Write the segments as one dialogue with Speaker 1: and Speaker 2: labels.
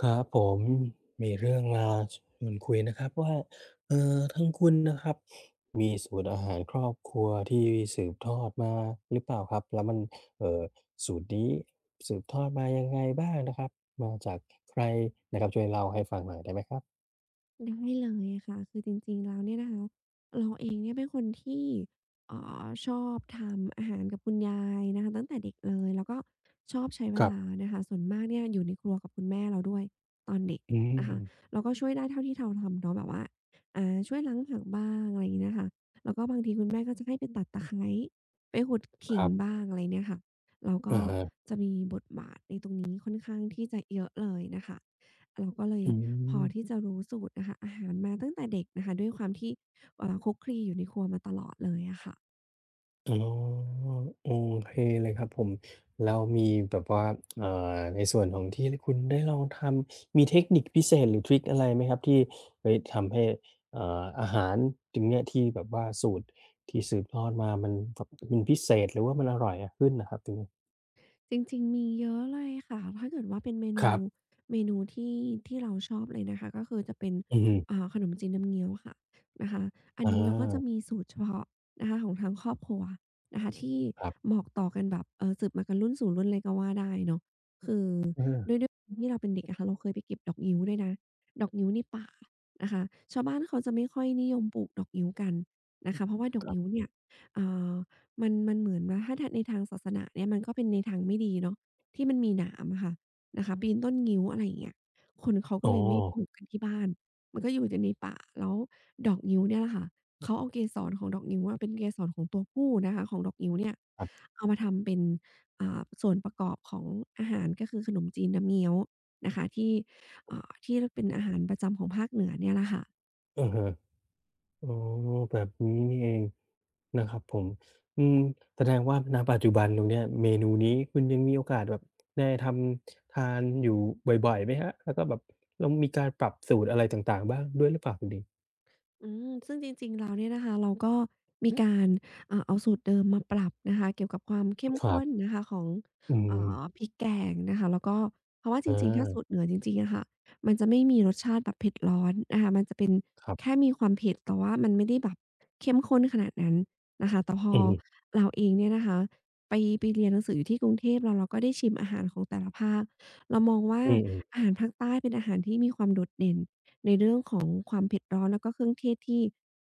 Speaker 1: ครับผมมีเรื่องมาชวนคุยนะครับว่าทางคุณนะครับมีสูตรอาหารครอบครัวที่สืบทอดมาหรือเปล่าครับแล้วมันเออสูตรนี้สืบทอดมายังไงบ้างนะครับมาจากใครนะครับช่วยเล่าให้ฟังหน่อยได้ไหมครับ
Speaker 2: ได้เลยค่ะ คือจริงๆแล้วเนี่ยนะคะเราเองเนี่ยเป็นคนที่เอ่ชอบทำอาหารกับคุณยายนะคะตั้งแต่เด็กเลยแล้วก็ชอบใช้เว
Speaker 1: ครับ
Speaker 2: ลานะคะส่วนมากเนี่ยอยู่ในครัวกับคุณแม่เราด้วยตอนเด็ก
Speaker 1: อื
Speaker 2: นะคะ
Speaker 1: ม
Speaker 2: เราก็ช่วยได้เท่าที่เราทำเนาะแบบว่าช่วยล้างผักบ้างอะไรอย่างงี้นะคะแล้วก็บางทีคุณแม่ก็จะให้ไปตัดตะไคร้ไปขุด
Speaker 1: ค
Speaker 2: ขิง
Speaker 1: รับ
Speaker 2: บ้างอะไรเนี่ยค่ะเ้วก็
Speaker 1: อะฮะ
Speaker 2: จะมีบทบาทในตรงนี้ค่อนข้างที่จะเยอะเลยนะคะ เราก็เลย
Speaker 1: อื
Speaker 2: พอที่
Speaker 1: ม
Speaker 2: จะรู้สูตรนะคะอาหารมาตั้งแต่เด็กนะคะด้วยความที่คลุกคลีอยู่ในครัวมาตลอดเลยอะค่ะ
Speaker 1: อ๋อโอเคเลยครับผมแล้วมีแบบว่าในส่วนของที่คุณได้ลองทำมีเทคนิคพิเศษหรือทริกอะไรไหมครับที่เฮ้ยทำให้อาหารตรงเนี้ยที่แบบว่าสูตรที่สืบทอดมามันแบบมันพิเศษหรือว่ามันอร่อยอะขึ้นน่ะครับตรงนี้
Speaker 2: จริงๆมีเยอะเลยค่ะถ้าเกิดว่าเป็นเม
Speaker 1: ค
Speaker 2: นู
Speaker 1: รับ
Speaker 2: เมนูที่เราชอบเลยนะคะก็คือจะเป็น
Speaker 1: อือฮึ
Speaker 2: ขนมจีนน้ำเงี้ยวค่ะนะคะอัน
Speaker 1: อา
Speaker 2: นี้เราก็จะมีสูตรเฉพาะนะคะของทางครอบครัวนะคะที่
Speaker 1: ครับ
Speaker 2: บอกต่อกันแบบสืบมากันรุ่นสู่รุ่นเลยก็ว่าได้เนาะคือ
Speaker 1: เออ
Speaker 2: ด้วยความที่เราเป็นเด็กอะค่ะเราเคยไปเก็บดอกงิ้วด้วยนะดอกงิ้วในป่านะคะชาวบ้านเขาจะไม่ค่อยนิยมปลูกดอกงิ้วกันนะคะเพราะว่าดอ
Speaker 1: ค
Speaker 2: ก
Speaker 1: รั
Speaker 2: งิ้ว
Speaker 1: บ
Speaker 2: เนี่ยอ่า มันเหมือนว่าถ้าในทางศาสนาเนี่ยมันก็เป็นในทางไม่ดีเนาะที่มันมีหนามอะค่ะนะคะปีนต้นงิ้วอะไรอย่างเงี้ยคนเขาก็
Speaker 1: อ๋อ
Speaker 2: เลยไม่ปลูกกันที่บ้านมันก็อยู่กันในป่าแล้วดอกงิ้วเนี่ยแหละค่ะเขาเอาเกสรของดอกงิ้วอะเป็นเกสรของตัวผู้นะคะของดอกงิ้วเนี่ย
Speaker 1: ครับ
Speaker 2: เอามาทำเป็นส่วนประกอบของอาหารก็คือขนมจีนน้ำเงี้ยวนะคะที่ที่รเป็นอาหารประจำของภาคเหนือเนี่ยแหละค่ะ
Speaker 1: อือฮึ อ๋อแบบนี้นี่เองนะครับผมอืมแสดงว่าณปัจจุบันตรงเนี้ยเมนูนี้คุณยังมีโอกาสแบบได้ทำทานอยู่บ่อยๆไหมครับแล้วก็แบบเรามีการปรับสูตรอะไรต่างๆบ้างด้วยหรือเปล่าตรงนี้
Speaker 2: อืมซึ่งจริงๆแล้วเนี่ยนะคะเราก็มีการเอาสูตรเดิมมาปรับนะคะเกี่ยวกับความเข้ม
Speaker 1: ครั
Speaker 2: ข้น
Speaker 1: บ
Speaker 2: นะคะของ
Speaker 1: อืม
Speaker 2: พริกแกงนะคะแล้วก็เพราะว่าจ
Speaker 1: อ
Speaker 2: ริงๆถ้าสูตร
Speaker 1: า
Speaker 2: เหนือจริงๆอะค่ะมันจะไม่มีรสชาติแบบเผ็ดร้อนนะคะมันจะเป็น
Speaker 1: ครั
Speaker 2: แค่
Speaker 1: บ
Speaker 2: มีความเผ็ดแต่ว่ามันไม่ได้แบบเข้มข้นขนาดนั้นนะคะแต่พอ
Speaker 1: อือฮึ
Speaker 2: เราเองเนี่ยนะคะไปไปเรียนหนังสืออยู่ที่กรุงเทพแล้วเราก็ได้ชิมอาหารของแต่ละภาคเรามองว่า
Speaker 1: อืม
Speaker 2: อาหารภาคใต้เป็นอาหารที่มีความโดดเด่น ในเรื่องของความเผ็ดร้อนแล้วก็เครื่องเทศที่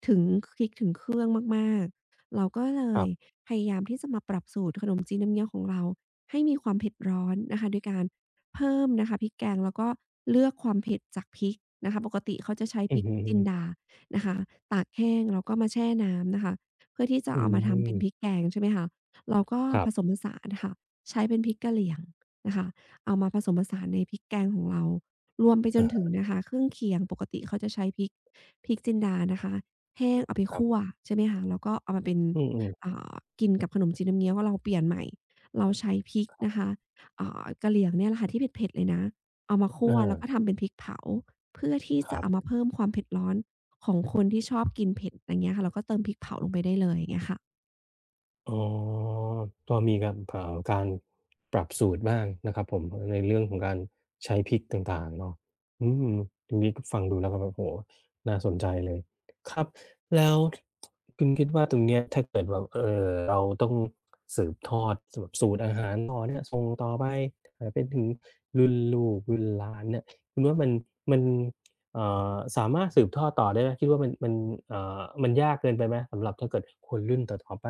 Speaker 2: ถึงพริกถึงเครื่องมากๆเราก็เล
Speaker 1: ๆครั
Speaker 2: ย
Speaker 1: บ
Speaker 2: พยายามที่จะมาปรับสูตรขนมจีนน้ำเงี้ยวของเราให้มีความเผ็ดร้อนนะคะโดยการเพิ่มนะคะพริกแกงแล้วก็เลือกความเผ็ดจากพริกนะคะปกติเขาจะใช้พ
Speaker 1: อือ
Speaker 2: ริก
Speaker 1: ฮึ
Speaker 2: จินดา
Speaker 1: ๆ
Speaker 2: นะคะตากแห้งแล้วก็มาแช่น้ำนะคะเพื่อที่จะ
Speaker 1: อื
Speaker 2: เอามาทำเป็นพริก
Speaker 1: ม
Speaker 2: แกงใช่ไหมคะเราก็
Speaker 1: ครั
Speaker 2: ผส
Speaker 1: บ
Speaker 2: มผสานค่ะใช้เป็นพริกกะเหรี่ยงนะคะเอามาผสมผสานในพริกแกงของเรา รวมไปจนถึงนะคะเครื่องเคียงปกติเขาจะใช้พริกจินดานะคะแห้งเอาไปคั่ว
Speaker 1: ๆ
Speaker 2: ใช่ไหมคะแล้วก็เอามาเป็น
Speaker 1: อืม
Speaker 2: อ่
Speaker 1: ๆ
Speaker 2: ากินกับขนมจีนน้ำเงี้ยวเราเปลี่ยนใหม่เราใช้พริกนะคะกะเหรี่ยงเนี่ยแหละค่ะที่เผ็ดๆเลยนะเอามาคั่วแล้วก็
Speaker 1: อา
Speaker 2: ทำเป็นพริกเผาเพื่อที่
Speaker 1: ค
Speaker 2: จะ
Speaker 1: รั
Speaker 2: เอา
Speaker 1: บ
Speaker 2: มาเพิ่มความเผ็ดร้อนของคนที่ชอบกินเผ็ดอย่างเงี้ยค่ะเราก็เติมพริกเผาลงไปได้เลยอย่างเงี้ยค่ะ
Speaker 1: อ๋อก็มีการการปรับสูตรบ้างนะครับผมในเรื่องของการใช้พริกต่างๆเนาะอืมตรงนี้ก็ฟังดูแล้วก็แบบโอ้โฮน่าสนใจเลยครับ แล้วคุณคิดว่าตรงเนี้ยถ้าเกิดแบบเราต้องสืบทอดสูตรอาหารต่อเนี่ยส่งต่อไปไปถึงรุ่นลูกรุ่นหลานเนี่ยคุณว่ามันมันเอ่สามารถสืบทอดต่อได้ไหมคิดว่ามันมันยากเกินไปไหมสำหรับถ้าเกิดคนรุ่นต่อๆไป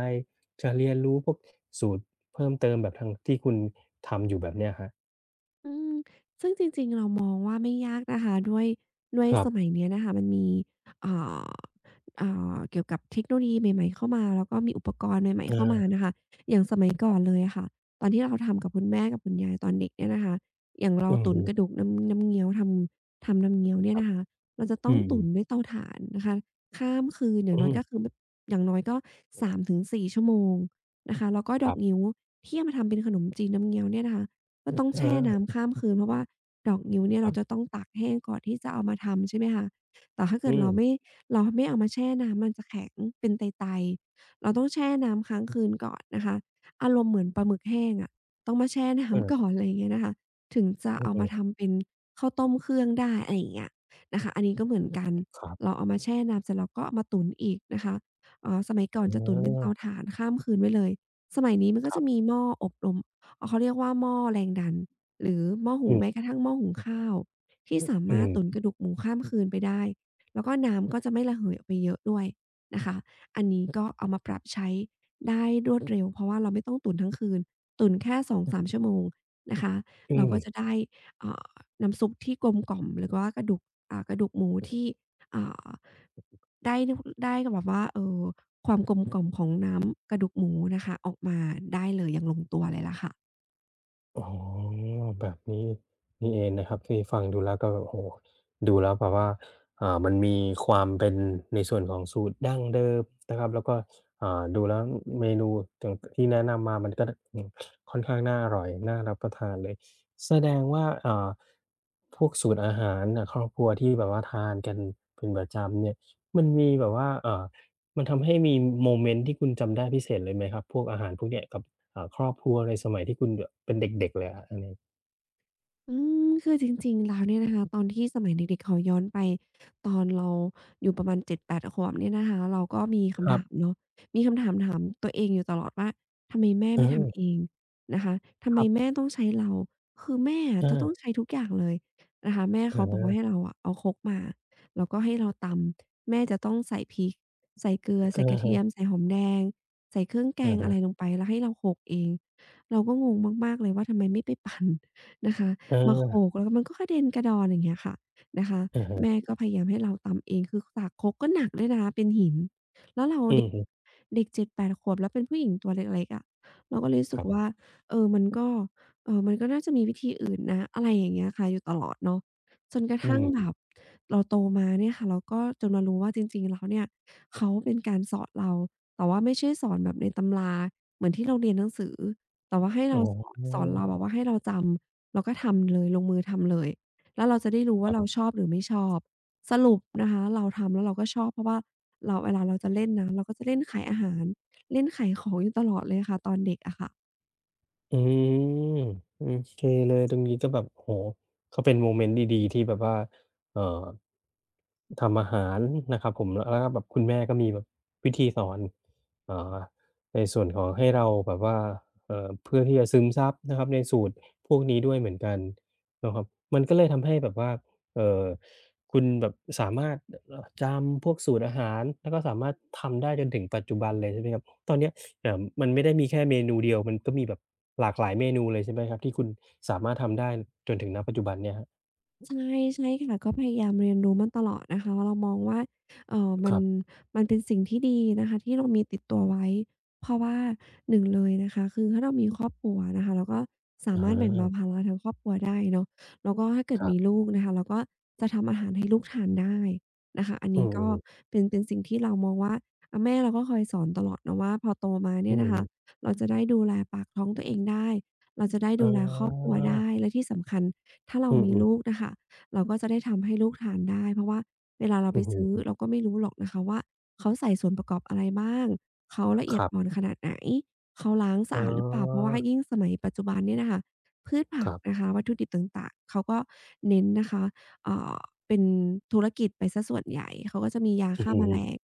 Speaker 1: จะเรียนรู้พวกสูตรเพิ่มเติมแบบทางที่คุณทำอยู่แบบเนี้ยครับ
Speaker 2: อืมซึ่งจริงๆเรามองว่าไม่ยากนะคะด้วย
Speaker 1: ครั
Speaker 2: สมั
Speaker 1: บ
Speaker 2: ยเนี้ยนะคะมันมีอ่าอ่เกี่ยวกับเทคโนโลยีใหม่ๆเข้ามาแล้วก็มีอุปกรณ์ใหม่ๆเข้ามา
Speaker 1: เออ
Speaker 2: นะคะอย่างสมัยก่อนเลยอะค่ะตอนที่เราทำกับคุณแม่กับคุณยายตอนเด็กเนี่ยนะคะอย่างเรา
Speaker 1: อือ
Speaker 2: ตุ๋น
Speaker 1: ฮึ
Speaker 2: กระดูกน้ำเงี้ยวทำน้ำเงี้ยวเนี่
Speaker 1: ค
Speaker 2: ย
Speaker 1: รับ
Speaker 2: นะคะเราจะต้อ
Speaker 1: อื
Speaker 2: ง
Speaker 1: ม
Speaker 2: ตุ๋นด้วยเตาถ่านนะคะข้ามคืนอ
Speaker 1: ๆ
Speaker 2: ย่าง
Speaker 1: อื
Speaker 2: น้อย
Speaker 1: ม
Speaker 2: ก็คือมอย่างน้อยก็3 ถึง 4 ชั่วโมงนะคะแล้วก็
Speaker 1: ค
Speaker 2: ดอ
Speaker 1: รั
Speaker 2: ก
Speaker 1: บ
Speaker 2: งิ้วที่เอามาทำเป็นขนมจีนน้ำเงี้ยวเนี่ยนะคะ ก็ต้อง
Speaker 1: เอ
Speaker 2: แช่
Speaker 1: อ
Speaker 2: น้ำข้ามคืนเพราะว่าดอกงิ้วเนี่ย
Speaker 1: ค
Speaker 2: เรา
Speaker 1: รั
Speaker 2: จะ
Speaker 1: บ
Speaker 2: ต้องตากแห้งก่อนที่จะเอามาทำใช่ไหมคะแต่ถ้าเกิด
Speaker 1: อืม
Speaker 2: เราไม่เอามาแช่น้ำมันจะแข็งเป็นไตๆเราต้องแช่น้ำค้างคืนก่อนนะคะอารมณ์เหมือนปลาหมึกแห้งอะต้องมาแช่
Speaker 1: เอ
Speaker 2: น้ำก่อ
Speaker 1: อ
Speaker 2: นอะไรอย่างเงี้ยนะคะถึงจะ
Speaker 1: อื
Speaker 2: เอา
Speaker 1: อ
Speaker 2: มาทำเป็นข้าวต้มเครื่องได้อะไรอย่างเงี้ยนะคะอันนี้ก็เหมือนกัน
Speaker 1: ๆครับ
Speaker 2: เราเอามาแช่น้ำเสร็จเราก็เอามาตุ๋นอีกนะคะสมัยก่อน
Speaker 1: อ๋อ
Speaker 2: จะตุ๋นเป็นเตาถ่านข้ามคืนไว้เลยสมัยนี้มัน
Speaker 1: ค
Speaker 2: ก็
Speaker 1: รั
Speaker 2: จะ
Speaker 1: บ
Speaker 2: มีหม้ออบลม เขาเรียกว่าหม้อแรงดันหรือหม้อหุ
Speaker 1: อื
Speaker 2: งแม้
Speaker 1: ม
Speaker 2: กระทั่งหม้อหุงข้าวที่สา
Speaker 1: อื
Speaker 2: มารถตุ๋น
Speaker 1: ม
Speaker 2: กระดูกหมูข้ามคืนไปได้แล้วก็น้ำก็จะไม่ระเหยออกไปเยอะด้วยนะคะอันนี้ก็เอามาปรับใช้ได้รวดเร็วเพราะว่าเราไม่ต้องตุ๋นทั้งคืนตุ๋นแค่สองสามชั่วโมงนะคะ
Speaker 1: อื
Speaker 2: เรา
Speaker 1: ม
Speaker 2: ก็จะได้อ่าน้ำซุปที่กลมกล่อมหรือว่ากระดูกกระดูกหมูที่อ่าได้นได้แบบว่าความกลมกล่อมของน้ำกระดูกหมูนะคะออกมาได้เลยอย่างลงตัวเลยล่ะค่ะ
Speaker 1: อ๋อแบบนี้นี่เองนะครับที่ฟังดูแล้วก็โอ้โฮดูแล้วแบบว่าอ่ามันมีความเป็นในส่วนของสูตรดั้งเดิมนะครับแล้วก็อ่าดูแล้วเมนูต่างที่แนะนำมามันก็อืมค่อนข้างน่าอร่อยน่ารับประทานเลยแสดงว่าอ่าพวกสูตรอาหารน่ะครอบครัวที่แบบว่าทานกันเป็นประจำเนี่ยมันมีแบบว่ามันทำให้มีโมเมนต์ที่คุณจำได้พิเศษเลยไหมครับพวกอาหารพวกเนี้ยกับ อ่าครอบครัวในสมัยที่คุณแบบเป็นเด็กๆเลยอะอันนี้
Speaker 2: อืมคือจริงๆแล้วเนี่ยนะคะตอนที่สมัยเด็กๆขอย้อนไปตอนเราอยู่ประมาณ7-8ขวบเนี่ยนะคะเราก็มี
Speaker 1: ค
Speaker 2: คำ
Speaker 1: รั
Speaker 2: ถาม
Speaker 1: บ
Speaker 2: เนาะมีคำถามถามตัวเองอยู่ตลอดว่าทำไมแม่
Speaker 1: เอ
Speaker 2: ไม่
Speaker 1: อ
Speaker 2: ทำเองนะคะทำ
Speaker 1: ค
Speaker 2: ไม
Speaker 1: รั
Speaker 2: แม่
Speaker 1: บ
Speaker 2: ต้องใช้เราคือแม่อะจะ
Speaker 1: อา
Speaker 2: ต้องใช้ทุกอย่างเลยนะคะแม่
Speaker 1: อะ
Speaker 2: เขาบ
Speaker 1: ฮ
Speaker 2: อกว่า
Speaker 1: ะ
Speaker 2: ให้เราอะเอาครกมาแล้วก็ให้เราตำแม่จะต้องใส่พริกใส่เกลือใส่ก
Speaker 1: อะ
Speaker 2: ระเทียม
Speaker 1: ฮะ
Speaker 2: ใส่หอมแดงใส่เครื่องแก
Speaker 1: อะ
Speaker 2: งอะ
Speaker 1: ฮะ
Speaker 2: ไรลงไปแล้วให้เราโขลกเองเราก็งงมากๆเลยว่าทำไมไม่ไปปั่นนะคะ
Speaker 1: เอ
Speaker 2: มา
Speaker 1: อ
Speaker 2: โขกแล้วก็มันก็กระเด็นกระดอนอย่างเงี้ยค่ะนะคะ
Speaker 1: อะฮะ
Speaker 2: แม่ก็พยายามให้เราตำเองคือสากครกก็หนักด้วยนะคะเป็นหินแล้วเรา
Speaker 1: อื
Speaker 2: เด็
Speaker 1: อ
Speaker 2: ก
Speaker 1: ฮึ
Speaker 2: เด็กเจ็ดแปดขวบแล้วเป็นผู้หญิงตัวเล็กๆอะเราก็เลยรู้
Speaker 1: ค
Speaker 2: สึก
Speaker 1: รั
Speaker 2: ว่า
Speaker 1: บ
Speaker 2: เออมันก็น่าจะมีวิธีอื่นนะอะไรอย่างเงี้ยค่ะอยู่ตลอดเนาะจนกระ
Speaker 1: อื
Speaker 2: ทั่ง
Speaker 1: ม
Speaker 2: แบบเราโตมาเนี่ยค่ะเราก็จนมารู้ว่าจริงๆแล้วเนี่ยเขาเป็นการสอนเราแต่ว่าไม่ใช่สอนแบบในตำราเหมือนที่เราเรียนหนังสือแต่ว่าให้
Speaker 1: อ๋อ
Speaker 2: เราสอนเราแบบว่าให้เราจำ เราก็ทำเลยลงมือทำเลยแล้วเราจะได้รู้ว่าเราชอบหรือไม่ชอบสรุปนะคะเราทำแล้วเราก็ชอบเพราะว่าเราเวลาเราจะเล่นนะเราก็จะเล่นขายอาหารเล่นขายของอยู่ตลอดเลยค่ะตอนเด็กอะค่ะ
Speaker 1: อืมโอเคเลยตรงนี้ก็แบบโอ้โฮก็เป็นโมเมนต์ดีๆที่แบบว่าเอ่อทำอาหารนะครับผมแล้วก็แบบคุณแม่ก็มีแบบวิธีสอนเอ่อในส่วนของให้เราแบบว่าเพื่อที่จะซึมซับนะครับในสูตรพวกนี้ด้วยเหมือนกันนะครับมันก็เลยทำให้แบบว่าเอ่อคุณแบบสามารถจำพวกสูตรอาหารแล้วก็สามารถทำได้จนถึงปัจจุบันเลยใช่ไหมครับตอนเนี้ย เอ่ามันไม่ได้มีแค่เมนูเดียวมันก็มีแบบหลากหลายเมนูเลยใช่ไหมครับที่คุณสามารถทำได้จนถึงณปัจจุบันเนี่ยครับ
Speaker 2: ใช่ใช่ค่ะก็พยายามเรียนรู้มาตลอดนะคะเรามองว่า
Speaker 1: ค
Speaker 2: มัน
Speaker 1: รับ
Speaker 2: เป็นสิ่งที่ดีนะคะที่เรามีติดตัวไว้เพราะว่า1เลยนะคะคือถ้าเรามีครอบครัวนะคะเราก็สา
Speaker 1: อ
Speaker 2: มารถแบ่งเบา
Speaker 1: า
Speaker 2: ภาระทางครอบครัวได้เนาะแล้วก็ถ้าเกิ
Speaker 1: ค
Speaker 2: ด
Speaker 1: รั
Speaker 2: มี
Speaker 1: บ
Speaker 2: ลูกนะคะเราก็จะทำอาหารให้ลูกทานได้นะคะอัน
Speaker 1: อื
Speaker 2: นี้ก็
Speaker 1: อๆ
Speaker 2: เป็นสิ่งที่เรามองว่าอาแม่เราก็คอยสอนตลอดเนาะว่าพอโตมา
Speaker 1: อื
Speaker 2: เนี่ยนะคะ
Speaker 1: มๆ
Speaker 2: เราจะได้ดูแลปากท้องตัวเองได้เราจะได้ดู
Speaker 1: อา
Speaker 2: แลครอบครัวได้และที่สำคัญ ถ้าเรา
Speaker 1: อื
Speaker 2: มี
Speaker 1: อ
Speaker 2: ลู
Speaker 1: ๆ
Speaker 2: กนะคะเราก็จะได้ทำให้ลูกทานได้เพราะว่าเวลาเรา
Speaker 1: อื
Speaker 2: ไป
Speaker 1: อฮึ
Speaker 2: ซื้อเราก็ไม่รู้หรอกนะคะว่าเขาใส่ส่วนประกอบอะไรบ้างเขาละ
Speaker 1: ค
Speaker 2: เอียด
Speaker 1: รั
Speaker 2: อ่อ
Speaker 1: บ
Speaker 2: นขนาดไหนเขาล้างสะ
Speaker 1: อ๋
Speaker 2: อาดหรือเปล่าเพราะ
Speaker 1: อ
Speaker 2: ว่ายิ่งสมัยปัจจุบันเนี่ยน่ะค่ะพืช
Speaker 1: ค
Speaker 2: ผัก
Speaker 1: รับ
Speaker 2: นะคะวัตถุดิบต่างๆเขาก็เน้นนะคะเอ่อเป็นธุรกิจไปเสียส่วนใหญ่เขาก็จะมียา
Speaker 1: อือ
Speaker 2: ฆ่า
Speaker 1: ฮึ
Speaker 2: แมลง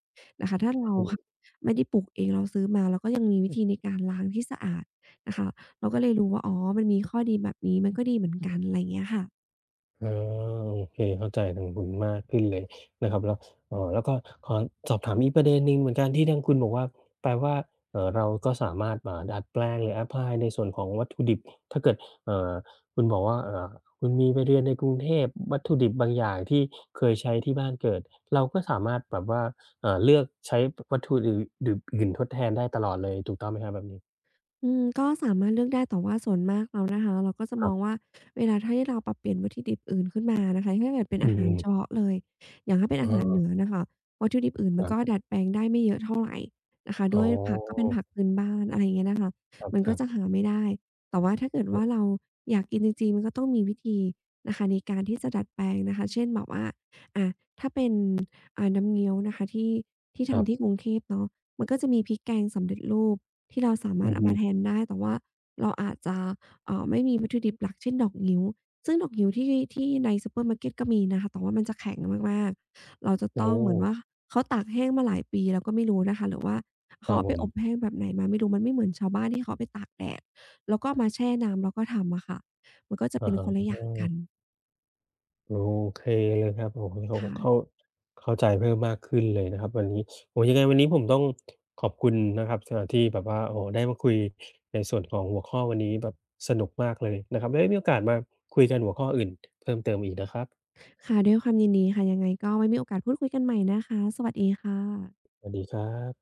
Speaker 2: นะคะถ้าเราค่ะไม่ได้ปลูกเองเราซื้อมาเราก็ยังมีวิธีในการล้างที่สะอาดนะคะ เราก็เลยรู้ว่าอ๋อมันมีข้อดีแบบนี้ มันก็ดีเหมือนกันอะไรอย่างเงี้ยค่ะ
Speaker 1: อาโอเคเข้าใจทางคุณมากขึ้นเลยนะครับแล้วแล้วก็ขอสอบถามอีกประเด็นหนึ่งเหมือนกันที่ทางคุณบอกว่าแปลว่าเราก็สามารถอ่าดัดแปลงหรือแอปพลายในส่วนของวัตถุดิบถ้าเกิดเอ่อคุณบอกว่าคุณมีไปเรียนในกรุงเทพวัตถุดิบบางอย่างที่เคยใช้ที่บ้านเกิดเราก็สามารถแบบว่าเลือกใช้วัตถุดิบอื่นทดแทนได้ตลอดเลยถูกต้องไหมครับแบบนี้
Speaker 2: อืมก็สามารถเลือกได้แต่ว่าส่วนมากแล้วนะคะเราก็จะ
Speaker 1: ค
Speaker 2: ม
Speaker 1: รั
Speaker 2: อง
Speaker 1: บ
Speaker 2: ว่าเวลาถ้าที่เราปรับเปลี่ยนวัตถุดิบอื่นขึ้นมานะคะถ้าเกิดเป็น
Speaker 1: อื
Speaker 2: อาหาร
Speaker 1: ม
Speaker 2: เฉ
Speaker 1: ๆ
Speaker 2: พาะเลยอย่างถ้าเป็น
Speaker 1: อ
Speaker 2: อาหารเหนือ
Speaker 1: อ
Speaker 2: น่ะค่ะวัตถุดิบอื่น
Speaker 1: ค
Speaker 2: มัน
Speaker 1: รั
Speaker 2: ก็
Speaker 1: บ
Speaker 2: ดัดแปลงได้ไม่เยอะเท่าไรนะคะ
Speaker 1: อ๋
Speaker 2: ด้
Speaker 1: อ
Speaker 2: วยผักก็เป็นผักพื้นบ้านอะไรอย่างเงี้ยนะคะ
Speaker 1: ครับ
Speaker 2: มัน
Speaker 1: ๆค
Speaker 2: ก็
Speaker 1: รั
Speaker 2: จะ
Speaker 1: บ
Speaker 2: หาไม่ได้แต่ว่าถ้าเกิดว่าเราอยากกินจริงๆมันก็ต้องมีวิธีนะคะในการที่จะดัดแปลงนะคะเช่นแบบว่าอาถ้าเป็นน้ำเงี้ยวนะคะที่
Speaker 1: ครั
Speaker 2: ทำที่
Speaker 1: บ
Speaker 2: กรุงเทพเนาะมันก็จะมีพริกแกงสำเร็จรูป ที่เราสามาร
Speaker 1: อื
Speaker 2: ถ
Speaker 1: อ
Speaker 2: เอา
Speaker 1: ฮึ
Speaker 2: มาแทนได้แต่ว่าเราอาจจะไม่มีวัตถุดิบหลักเช่นดอกงิ้วซึ่งดอกงิ้วที่ในซูเปอร์มาร์เกตก็มีนะคะ แต่ว่ามันจะแข็งมากๆ เราจะ
Speaker 1: โอ้
Speaker 2: ต้องเหมือนว่าเขาตากแห้งมาหลายปีเราก็ไม่รู้นะคะหรือว่า
Speaker 1: ค
Speaker 2: เขา
Speaker 1: รับ
Speaker 2: เอา
Speaker 1: ผ
Speaker 2: ไป
Speaker 1: ม
Speaker 2: อบแห้งแบบไหนมาไม่รู้มันไม่เหมือนชาวบ้านที่เขาเอาไปตากแดดแล้วก็มาแช่น้ำแล้วก็ทำอะค่ะ มันก็จะ
Speaker 1: อะ
Speaker 2: เป็น
Speaker 1: ฮะ
Speaker 2: คนละอ
Speaker 1: อื
Speaker 2: ย่างกัน
Speaker 1: มโอเคเลยครับโอ้โฮเข้า
Speaker 2: ค่ะ
Speaker 1: เข้าเข้าใจเพิ่มมากขึ้นเลยนะครับวันนี้โอ้โฮยังไงวันนี้ผมต้องขอบคุณนะครับสำหรับที่แบบว่าโอ้โฮได้มาคุยในส่วนของหัวข้อวันนี้แบบสนุกมากเลยนะครับไว้มีโอกาสมาคุยกันหัวข้ออื่นเพิ่มเติมอีกนะครับ
Speaker 2: ค่ะด้วยความยินดีค่ะยังไงก็ไว้มีโอกาสพูดคุยกันใหม่นะคะสวัสดีค่ะ
Speaker 1: สวัสดีครับ